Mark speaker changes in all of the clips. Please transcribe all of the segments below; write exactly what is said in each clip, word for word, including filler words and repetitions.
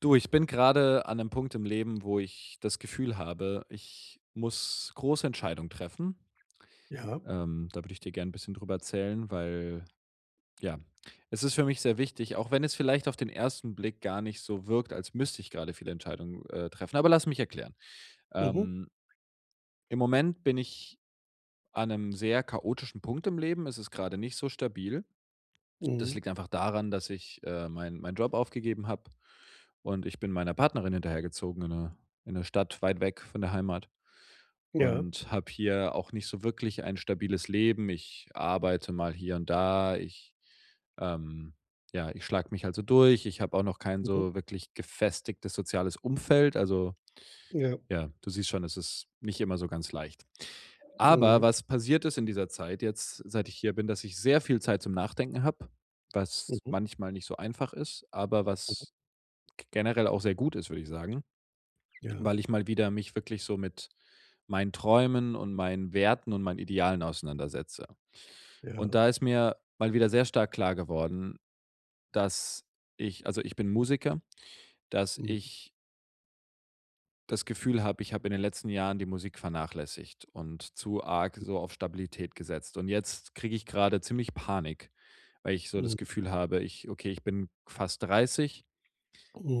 Speaker 1: Du, ich bin gerade an einem Punkt im Leben, wo ich das Gefühl habe, ich muss große Entscheidungen treffen.
Speaker 2: Ja.
Speaker 1: Ähm, da würde ich dir gerne ein bisschen drüber erzählen, weil, ja, es ist für mich sehr wichtig, auch wenn es vielleicht auf den ersten Blick gar nicht so wirkt, als müsste ich gerade viele Entscheidungen, äh, treffen, aber lass mich erklären.
Speaker 2: Mhm.
Speaker 1: Ähm, im Moment bin ich an einem sehr chaotischen Punkt im Leben. Es ist gerade nicht so stabil. Das
Speaker 2: Mhm.
Speaker 1: liegt einfach daran, dass ich, äh, mein meinen Job aufgegeben habe und ich bin meiner Partnerin hinterhergezogen in eine in eine Stadt weit weg von der Heimat
Speaker 2: Ja.
Speaker 1: und habe hier auch nicht so wirklich ein stabiles Leben. Ich arbeite mal hier und da. Ich, ähm ja, ich schlage mich also durch. Ich habe auch noch kein
Speaker 2: Mhm.
Speaker 1: so wirklich gefestigtes soziales Umfeld. Also,
Speaker 2: Ja.
Speaker 1: ja, du siehst schon, es ist nicht immer so ganz leicht.
Speaker 2: Mhm.
Speaker 1: Aber was passiert ist in dieser Zeit jetzt, seit ich hier bin, dass ich sehr viel Zeit zum Nachdenken habe, was
Speaker 2: Mhm.
Speaker 1: manchmal nicht so einfach ist, aber
Speaker 2: Mhm.
Speaker 1: was g- generell auch sehr gut ist, würde ich sagen,
Speaker 2: Ja.
Speaker 1: weil ich mal wieder mich wirklich so mit meinen Träumen und meinen Werten und meinen Idealen auseinandersetze. Und
Speaker 2: Ja.
Speaker 1: da ist mir mal wieder sehr stark klar geworden, dass ich, also ich bin Musiker, dass
Speaker 2: Mhm.
Speaker 1: ich das Gefühl habe, ich habe in den letzten Jahren die Musik vernachlässigt und zu arg so auf Stabilität gesetzt. Und jetzt kriege ich gerade ziemlich Panik, weil ich so das
Speaker 2: Mhm.
Speaker 1: Gefühl habe, ich, okay, ich bin fast dreißig.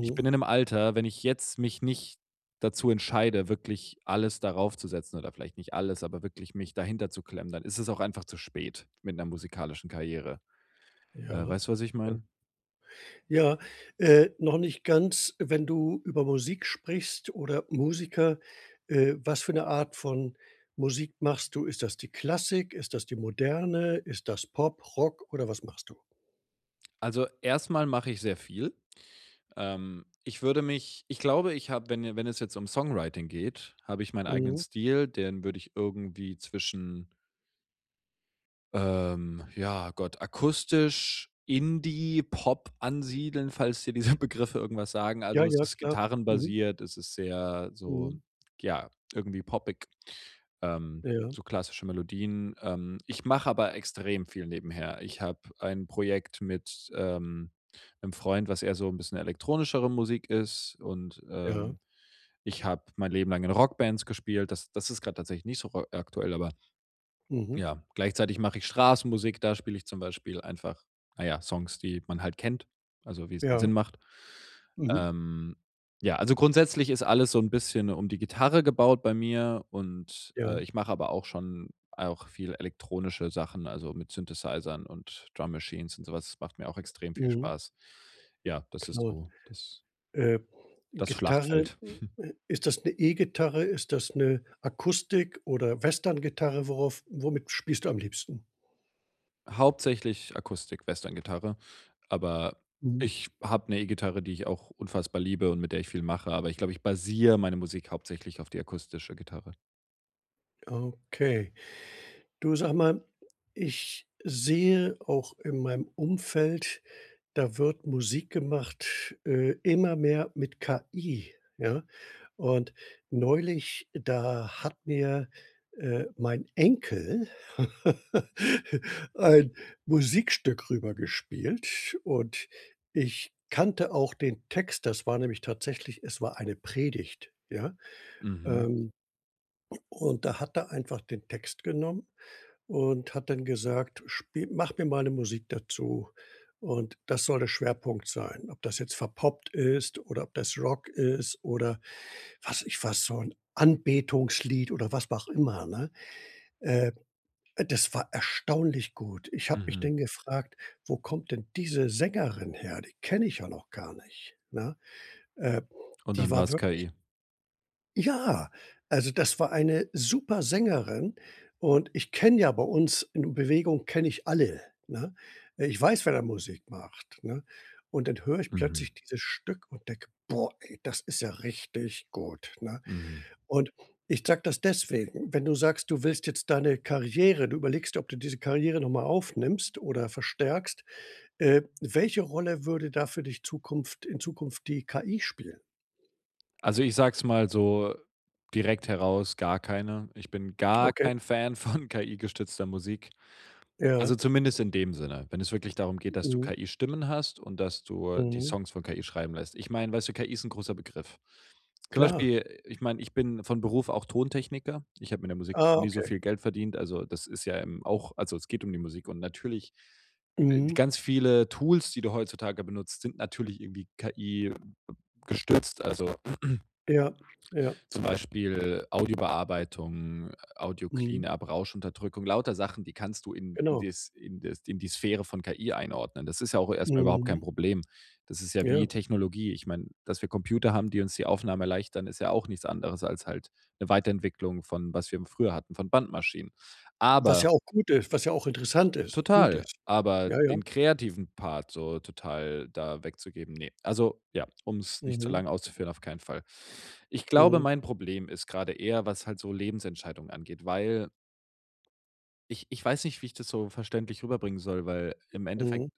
Speaker 1: Ich bin in einem Alter, wenn ich jetzt mich nicht dazu entscheide, wirklich alles darauf zu setzen oder vielleicht nicht alles, aber wirklich mich dahinter zu klemmen, dann ist es auch einfach zu spät mit einer musikalischen Karriere. Äh,
Speaker 2: Ja.
Speaker 1: weißt du, was ich
Speaker 2: Ja.
Speaker 1: meine?
Speaker 2: Ja, äh, noch nicht ganz, wenn du über Musik sprichst oder Musiker, äh, was für 'ne Art von Musik machst du? Ist das die Klassik? Ist das die Moderne? Ist das Pop, Rock oder was machst du?
Speaker 1: Also erstmal mache ich sehr viel. Ähm, ich würde mich ich glaube, ich habe, wenn wenn es jetzt um Songwriting geht, habe ich meinen eigenen
Speaker 2: Mhm.
Speaker 1: Stil, den würde ich irgendwie zwischen ähm, ja, Gott, akustisch, Indie, Pop ansiedeln, falls dir diese Begriffe irgendwas sagen.
Speaker 2: Ja,
Speaker 1: Also, es
Speaker 2: ja,
Speaker 1: ist
Speaker 2: klar. Mhm.
Speaker 1: gitarrenbasiert, es ist sehr so,
Speaker 2: Mhm.
Speaker 1: ja, irgendwie poppig, ähm,
Speaker 2: Ja,
Speaker 1: so klassische Melodien. Ähm, ich mache aber extrem viel nebenher. Ich habe ein Projekt mit, ähm, 'nem Freund, was eher so ein bisschen elektronischere Musik ist und,
Speaker 2: ja.
Speaker 1: ähm, ich habe mein Leben lang in Rockbands gespielt. Das das ist gerade tatsächlich nicht so ro aktuell, aber
Speaker 2: Mhm.
Speaker 1: ja, gleichzeitig mache ich Straßenmusik, da spiele ich zum Beispiel einfach, naja, Songs, die man halt kennt, also wie es halt
Speaker 2: Ja.
Speaker 1: Sinn macht.
Speaker 2: Mhm.
Speaker 1: Ähm, ja, also grundsätzlich ist alles so ein bisschen um die Gitarre gebaut bei mir und,
Speaker 2: Ja.
Speaker 1: äh, ich mache aber auch schon auch viel elektronische Sachen, also mit Synthesizern und Drum Machines und sowas. Das macht mir auch extrem viel
Speaker 2: Mhm.
Speaker 1: Spaß. Ja, das ist
Speaker 2: Klar.
Speaker 1: so das
Speaker 2: Äh
Speaker 1: das
Speaker 2: Gitarre,
Speaker 1: Schlachtfeld.
Speaker 2: äh, ist das 'ne E-Gitarre? Ist das 'ne Akustik oder Westerngitarre? Worauf womit spielst du am liebsten?
Speaker 1: Hauptsächlich Akustik, Western Gitarre, aber
Speaker 2: Mhm,
Speaker 1: ich habe eine E-Gitarre, die ich auch unfassbar liebe und mit der ich viel mache, aber ich glaube, ich basiere meine Musik hauptsächlich auf die akustische Gitarre.
Speaker 2: okay. Du, sag mal, ich sehe auch in meinem Umfeld, da wird Musik gemacht, äh, immer mehr mit K I, ja? Und neulich, da hat mir, äh, mein Enkel ein Musikstück rübergespielt und ich kannte auch den Text. Das war nämlich tatsächlich es war eine Predigt, ja?
Speaker 1: Mhm,
Speaker 2: Ähm, und da hat er einfach den Text genommen und hat dann gesagt: „Spiel mach mir mal 'ne Musik dazu und das soll der Schwerpunkt sein.“ Ob das jetzt verpoppt ist oder ob das Rock ist oder was ich was, so ein Anbetungslied oder was auch immer, ne? Äh, das war erstaunlich gut. Ich habe mich
Speaker 1: mhm.
Speaker 2: dann gefragt: „Wo kommt denn diese Sängerin her? Die kenne ich ja noch gar nicht“, ne? Äh,
Speaker 1: Und
Speaker 2: die
Speaker 1: dann war
Speaker 2: war
Speaker 1: war's
Speaker 2: wirklich
Speaker 1: K I.
Speaker 2: ja, also das war eine super Sängerin und ich kenne ja bei uns in Bewegung kenne ich alle, ne? Äh, ich weiß, wer da Musik macht, ne? Und dann höre ich
Speaker 1: Mhm,
Speaker 2: plötzlich dieses Stück und denke: „Boah, ey, das ist ja richtig gut“, ne?
Speaker 1: mhm.
Speaker 2: Und ich sage das deswegen, wenn du sagst, du willst jetzt deine Karriere du überlegst ob du diese Karriere noch mal aufnimmst oder verstärkst, äh, welche Rolle würde da für dich Zukunft in Zukunft die K I spielen?
Speaker 1: Also, ich sag's mal so direkt heraus, gar keine. Ich bin gar
Speaker 2: Okay,
Speaker 1: kein Fan von K I-gestützter Musik.
Speaker 2: ja,
Speaker 1: Also, zumindest in dem Sinne, wenn es wirklich darum geht, dass du
Speaker 2: mhm,
Speaker 1: K I-Stimmen hast und dass du die
Speaker 2: mhm,
Speaker 1: Songs von K I schreiben lässt. Ich meine, weißt du, K I ist ein großer Begriff. Zum
Speaker 2: klar.
Speaker 1: Beispiel, ich meine, ich bin von Beruf auch Tontechniker. Ich habe mit der Musik
Speaker 2: Ah,
Speaker 1: noch nie so
Speaker 2: okay.
Speaker 1: viel Geld verdient. Also, das ist ja, ähm, auch also, es geht um die Musik und natürlich, äh, die
Speaker 2: Mhm.
Speaker 1: ganz viele Tools, die du heutzutage benutzt, sind natürlich irgendwie K I gestützt. Also
Speaker 2: Ja, ja.
Speaker 1: zum Beispiel Audiobearbeitung,
Speaker 2: Mhm.
Speaker 1: Audio-Cleanup, Rauschunterdrückung, lauter Sachen, die kannst du in in
Speaker 2: Genau.
Speaker 1: des in des in die Sphäre von K I einordnen. Das ist ja auch erstmal überhaupt kein
Speaker 2: Mhm.
Speaker 1: Problem. Das ist ja
Speaker 2: Ja.
Speaker 1: wie Technologie. Ich meine, dass wir Computer haben, die uns die Aufnahme erleichtern, ist ja auch nichts anderes als halt eine Weiterentwicklung von was wir früher hatten, von Bandmaschinen.
Speaker 2: Was
Speaker 1: Aber
Speaker 2: ja auch gut ist, was ja auch interessant ist und gut
Speaker 1: total,
Speaker 2: ist.
Speaker 1: aber
Speaker 2: Ja, ja.
Speaker 1: den kreativen Part so total da wegzugeben, ne. Also, ja, um's nicht zu
Speaker 2: Mhm.
Speaker 1: lang auszuführen, auf keinen Fall. Ich glaube,
Speaker 2: Mhm.
Speaker 1: mein Problem ist grade eher, was halt so Lebensentscheidungen angeht, weil ich ich weiß nicht, wie ich das so verständlich rüberbringen soll, weil im
Speaker 2: Mhm.
Speaker 1: Endeffekt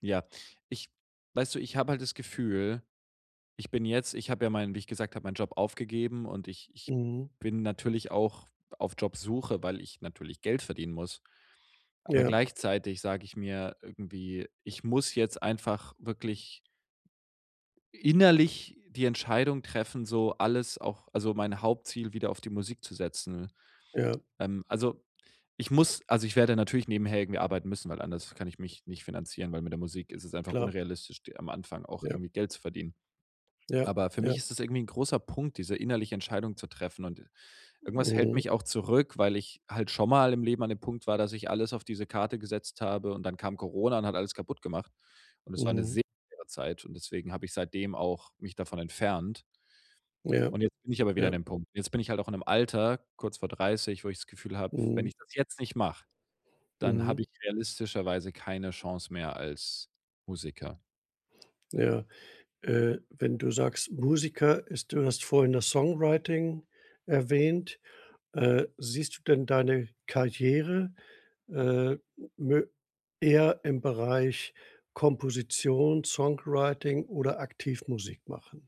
Speaker 1: ja, ich weißt du, ich habe halt das Gefühl, ich bin jetzt ich habe ja meinen wie ich gesagt habe, meinen Job aufgegeben und ich ich
Speaker 2: Mhm.
Speaker 1: bin natürlich auch auf Jobsuche, weil ich natürlich Geld verdienen muss. Aber
Speaker 2: Ja,
Speaker 1: gleichzeitig sage ich mir irgendwie, ich muss jetzt einfach wirklich innerlich die Entscheidung treffen, so alles auch also mein Hauptziel wieder auf die Musik zu setzen.
Speaker 2: ja,
Speaker 1: Ähm, also, ich muss also, ich werde natürlich nebenher irgendwie arbeiten müssen, weil anders kann ich mich nicht finanzieren, weil mit der Musik ist es einfach
Speaker 2: klar.
Speaker 1: unrealistisch, d am Anfang auch
Speaker 2: Ja,
Speaker 1: irgendwie Geld zu verdienen.
Speaker 2: ja,
Speaker 1: Aber für
Speaker 2: ja.
Speaker 1: mich ist das irgendwie ein großer Punkt, diese innerliche Entscheidung zu treffen und irgendwas hält
Speaker 2: Mhm.
Speaker 1: mich auch zurück, weil ich halt schon mal im Leben an dem Punkt war, dass ich alles auf diese Karte gesetzt habe und dann kam Corona und hat alles kaputt gemacht. Und es war eine
Speaker 2: Mhm.
Speaker 1: sehr schwere Zeit und deswegen habe ich seitdem auch mich davon entfernt.
Speaker 2: Ja,
Speaker 1: Und jetzt bin ich aber wieder an
Speaker 2: ja.
Speaker 1: dem Punkt. Jetzt bin ich halt auch in einem Alter, kurz vor dreißig, wo ich das Gefühl habe, wenn
Speaker 2: Mhm.
Speaker 1: ich das jetzt nicht mache, dann
Speaker 2: Mhm.
Speaker 1: habe ich realistischerweise keine Chance mehr als Musiker.
Speaker 2: Ja. Äh, wenn du sagst, Musiker ist du hast vorhin das Songwriting erwähnt. Äh, siehst du denn deine Karriere Äh, mö eher im Bereich Komposition, Songwriting oder Aktivmusik machen.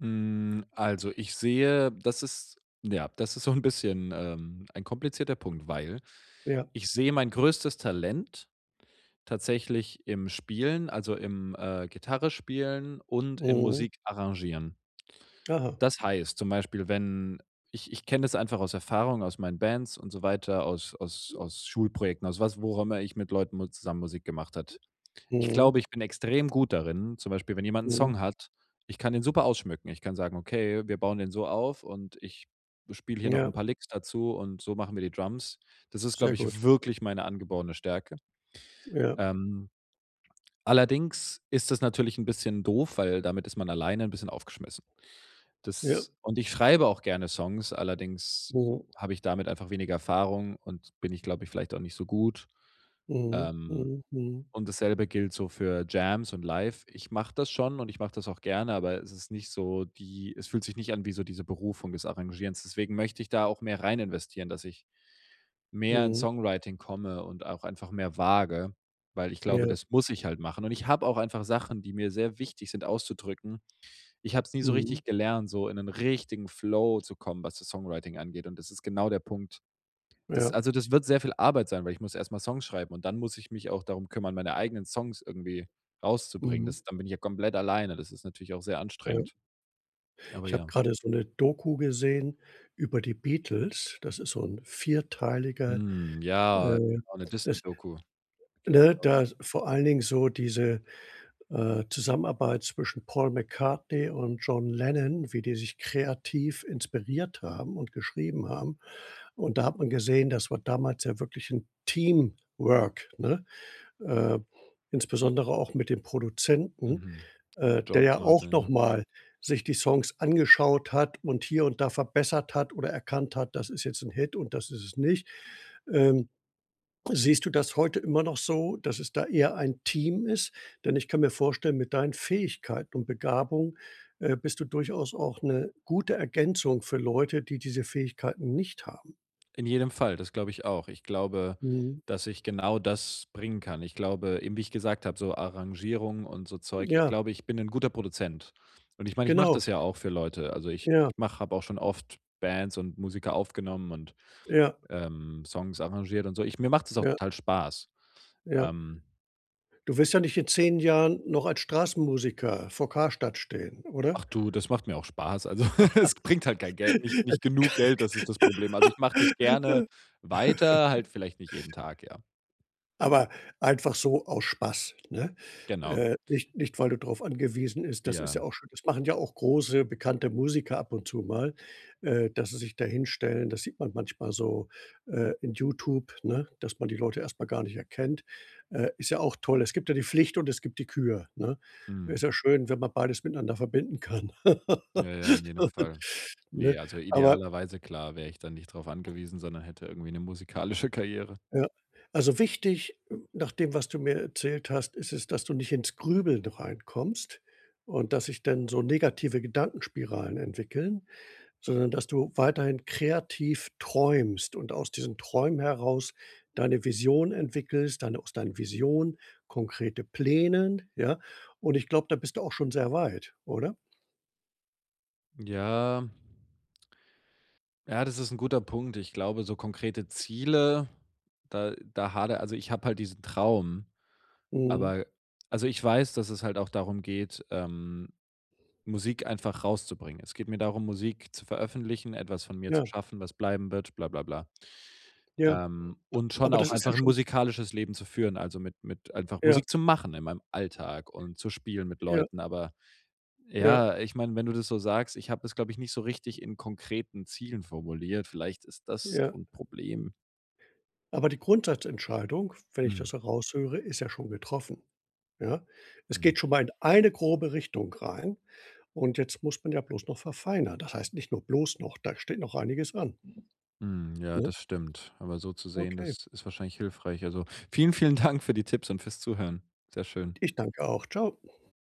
Speaker 1: Hm, also, ich sehe das ist ja, das ist so ein bisschen, ähm, ein komplizierter Punkt, weil
Speaker 2: Ja.
Speaker 1: ich sehe mein größtes Talent tatsächlich im Spielen, also, im, äh, Gitarrespielen und im
Speaker 2: Mhm.
Speaker 1: Musikarrangieren.
Speaker 2: Aha.
Speaker 1: Das heißt zum Beispiel, wenn ich ich kenne das einfach aus Erfahrung, aus meinen Bands und so weiter, aus aus aus Schulprojekten, aus was worüber ich mit Leuten mu zusammen Musik gemacht hat ich
Speaker 2: Mhm.
Speaker 1: glaube, ich bin extrem gut darin zum Beispiel, wenn jemand 'n
Speaker 2: Mhm.
Speaker 1: Song hat, ich kann den super ausschmücken. Ich kann sagen: „Okay, wir bauen den so auf und ich spiele hier noch 'n
Speaker 2: Ja,
Speaker 1: paar Licks dazu und so machen wir die Drums.“ Das ist,
Speaker 2: sehr
Speaker 1: glaube
Speaker 2: gut.
Speaker 1: ich, wirklich meine angeborene Stärke.
Speaker 2: Ja,
Speaker 1: Ähm, allerdings ist das natürlich 'n bisschen doof, weil damit ist man alleine 'n bisschen aufgeschmissen.
Speaker 2: ja.
Speaker 1: Das und ich schreibe auch gerne Songs, allerdings
Speaker 2: Mhm.
Speaker 1: habe ich damit einfach weniger Erfahrung und bin ich, glaube ich, vielleicht auch nicht so gut.
Speaker 2: Mhm.
Speaker 1: Ähm
Speaker 2: Mhm. Mhm.
Speaker 1: und dasselbe gilt so für Jams und Live. Ich mache das schon und ich mache das auch gerne, aber es ist nicht so die es fühlt sich nicht an wie so diese Berufung des Arrangierens. Deswegen möchte ich da auch mehr rein investieren, dass ich mehr ins
Speaker 2: Mhm.
Speaker 1: Songwriting komme und auch einfach mehr wage, weil ich
Speaker 2: Ja.
Speaker 1: glaube, das muss ich halt machen. Und ich habe auch einfach Sachen, die mir sehr wichtig sind auszudrücken. Ich habe es nie so
Speaker 2: Mhm.
Speaker 1: richtig gelernt, so in einen richtigen Flow zu kommen, was das Songwriting angeht. Und das ist genau der Punkt das
Speaker 2: Ja.
Speaker 1: also, das wird sehr viel Arbeit sein, weil ich muss erstmal Songs schreiben und dann muss ich mich auch darum kümmern, meine eigenen Songs irgendwie rauszubringen.
Speaker 2: Mhm.
Speaker 1: Das dann bin ich ja komplett alleine. Das ist natürlich auch sehr
Speaker 2: Ja.
Speaker 1: anstrengend. Aber
Speaker 2: Ich habe
Speaker 1: ja.
Speaker 2: gerade so eine Doku gesehen über die Beatles. Das ist so ein vierteiliger,
Speaker 1: Hm, ja,
Speaker 2: äh,
Speaker 1: auch 'ne
Speaker 2: das
Speaker 1: Disney-Doku.
Speaker 2: ne, da vor allen Dingen so diese äh, Zusammenarbeit zwischen Paul McCartney und John Lennon, wie die sich kreativ inspiriert haben und geschrieben haben. Und da hat man gesehen, das war damals ja wirklich ein Teamwork, ne? Äh, insbesondere auch mit dem Produzenten,
Speaker 1: Mhm.
Speaker 2: äh, der
Speaker 1: George
Speaker 2: ja auch
Speaker 1: Martin, ja.
Speaker 2: nochmal sich die Songs angeschaut hat und hier und da verbessert hat oder erkannt hat, das ist jetzt ein Hit und das ist es nicht. Ähm Siehst du das heute immer noch so, dass es da eher ein Team ist? Denn ich kann mir vorstellen, mit deinen Fähigkeiten und Begabung, äh, bist du durchaus auch eine gute Ergänzung für Leute, die diese Fähigkeiten nicht haben.
Speaker 1: In jedem Fall, das glaube ich auch. Ich glaube,
Speaker 2: Mhm.
Speaker 1: dass ich genau das bringen kann. Ich glaube, eben wie ich gesagt habe, so Arrangierung und so Zeug, ich
Speaker 2: Ja,
Speaker 1: glaube, ich bin ein guter Produzent. Und ich meine, ich mache
Speaker 2: genau.
Speaker 1: das ja auch für Leute. Also, ich
Speaker 2: Ja,
Speaker 1: mache habe auch schon oft Bands und Musiker aufgenommen und,
Speaker 2: ja,
Speaker 1: ähm, Songs arrangiert und so. Ich mir macht es auch
Speaker 2: ja,
Speaker 1: total Spaß.
Speaker 2: ja.
Speaker 1: Ähm,
Speaker 2: Du wirst ja nicht in zehn Jahren noch als Straßenmusiker vor Karstadt stehen, oder?
Speaker 1: ach du, das macht mir auch Spaß. Also, es bringt halt kein Geld, nicht nicht genug Geld, das ist das Problem. Also, ich mache das gerne weiter, halt vielleicht nicht jeden Tag, ja.
Speaker 2: Aber einfach so aus Spaß, ne?
Speaker 1: Genau.
Speaker 2: Äh, nicht nicht, weil du darauf angewiesen ist das ist
Speaker 1: Ja.
Speaker 2: ja auch schön. Das machen ja auch große, bekannte Musiker ab und zu mal, äh, dass sie sich da hinstellen. Das sieht man manchmal so, äh, in YouTube, ne, dass man die Leute erst mal gar nicht erkennt. Äh, ist ja auch toll. Es gibt ja die Pflicht und es gibt die Kür, ne?
Speaker 1: Mhm.
Speaker 2: Ist ja schön, wenn man beides miteinander verbinden kann.
Speaker 1: Ja, ja, in jedem Fall.
Speaker 2: Ne?
Speaker 1: Ne, also
Speaker 2: Aber
Speaker 1: idealerweise klar, wäre ich dann nicht drauf angewiesen, sondern hätte irgendwie eine musikalische Karriere.
Speaker 2: ja. Also wichtig, nach dem, was du mir erzählt hast, ist es, dass du nicht ins Grübeln reinkommst und dass sich dann so negative Gedankenspiralen entwickeln, sondern dass du weiterhin kreativ träumst und aus diesen Träumen heraus deine Vision entwickelst, deine, aus deinen Visionen konkrete Pläne, ja. Und ich glaube, da bist du auch schon sehr weit, oder?
Speaker 1: Ja, ja, das ist ein guter Punkt. Ich glaube, so konkrete Ziele, da da hadere also ich habe halt diesen Traum,
Speaker 2: Mhm.
Speaker 1: aber also ich weiß, dass es halt auch darum geht, ähm, Musik einfach rauszubringen. Es geht mir darum, Musik zu veröffentlichen, etwas von mir zu
Speaker 2: Ja,
Speaker 1: schaffen, was bleiben wird, bla bla bla.
Speaker 2: ja.
Speaker 1: Ähm, und schon
Speaker 2: Aber
Speaker 1: auch
Speaker 2: das ist ja
Speaker 1: einfach ein
Speaker 2: schon
Speaker 1: musikalisches Leben zu führen, also, mit mit einfach
Speaker 2: ja,
Speaker 1: Musik zu machen in meinem Alltag und zu spielen mit
Speaker 2: ja,
Speaker 1: Leuten. Aber
Speaker 2: ja,
Speaker 1: ja, ich meine, wenn du das so sagst, ich habe es glaube ich, nicht so richtig in konkreten Zielen formuliert. Vielleicht ist das
Speaker 2: ja.
Speaker 1: so 'n Problem.
Speaker 2: Aber die Grundsatzentscheidung, wenn ich
Speaker 1: Mhm,
Speaker 2: das heraushöre, ist ja schon getroffen, ja? Es
Speaker 1: mhm,
Speaker 2: geht schon mal in eine grobe Richtung rein und jetzt muss man ja bloß noch verfeinern. Das heißt nicht nur bloß noch, da steht noch einiges an,
Speaker 1: mhm, ja,
Speaker 2: ne?
Speaker 1: das stimmt. Aber so zu sehen,
Speaker 2: Okay,
Speaker 1: das ist wahrscheinlich hilfreich. Also, vielen, vielen Dank für die Tipps und fürs Zuhören. Sehr schön.
Speaker 2: ich danke auch. Ciao.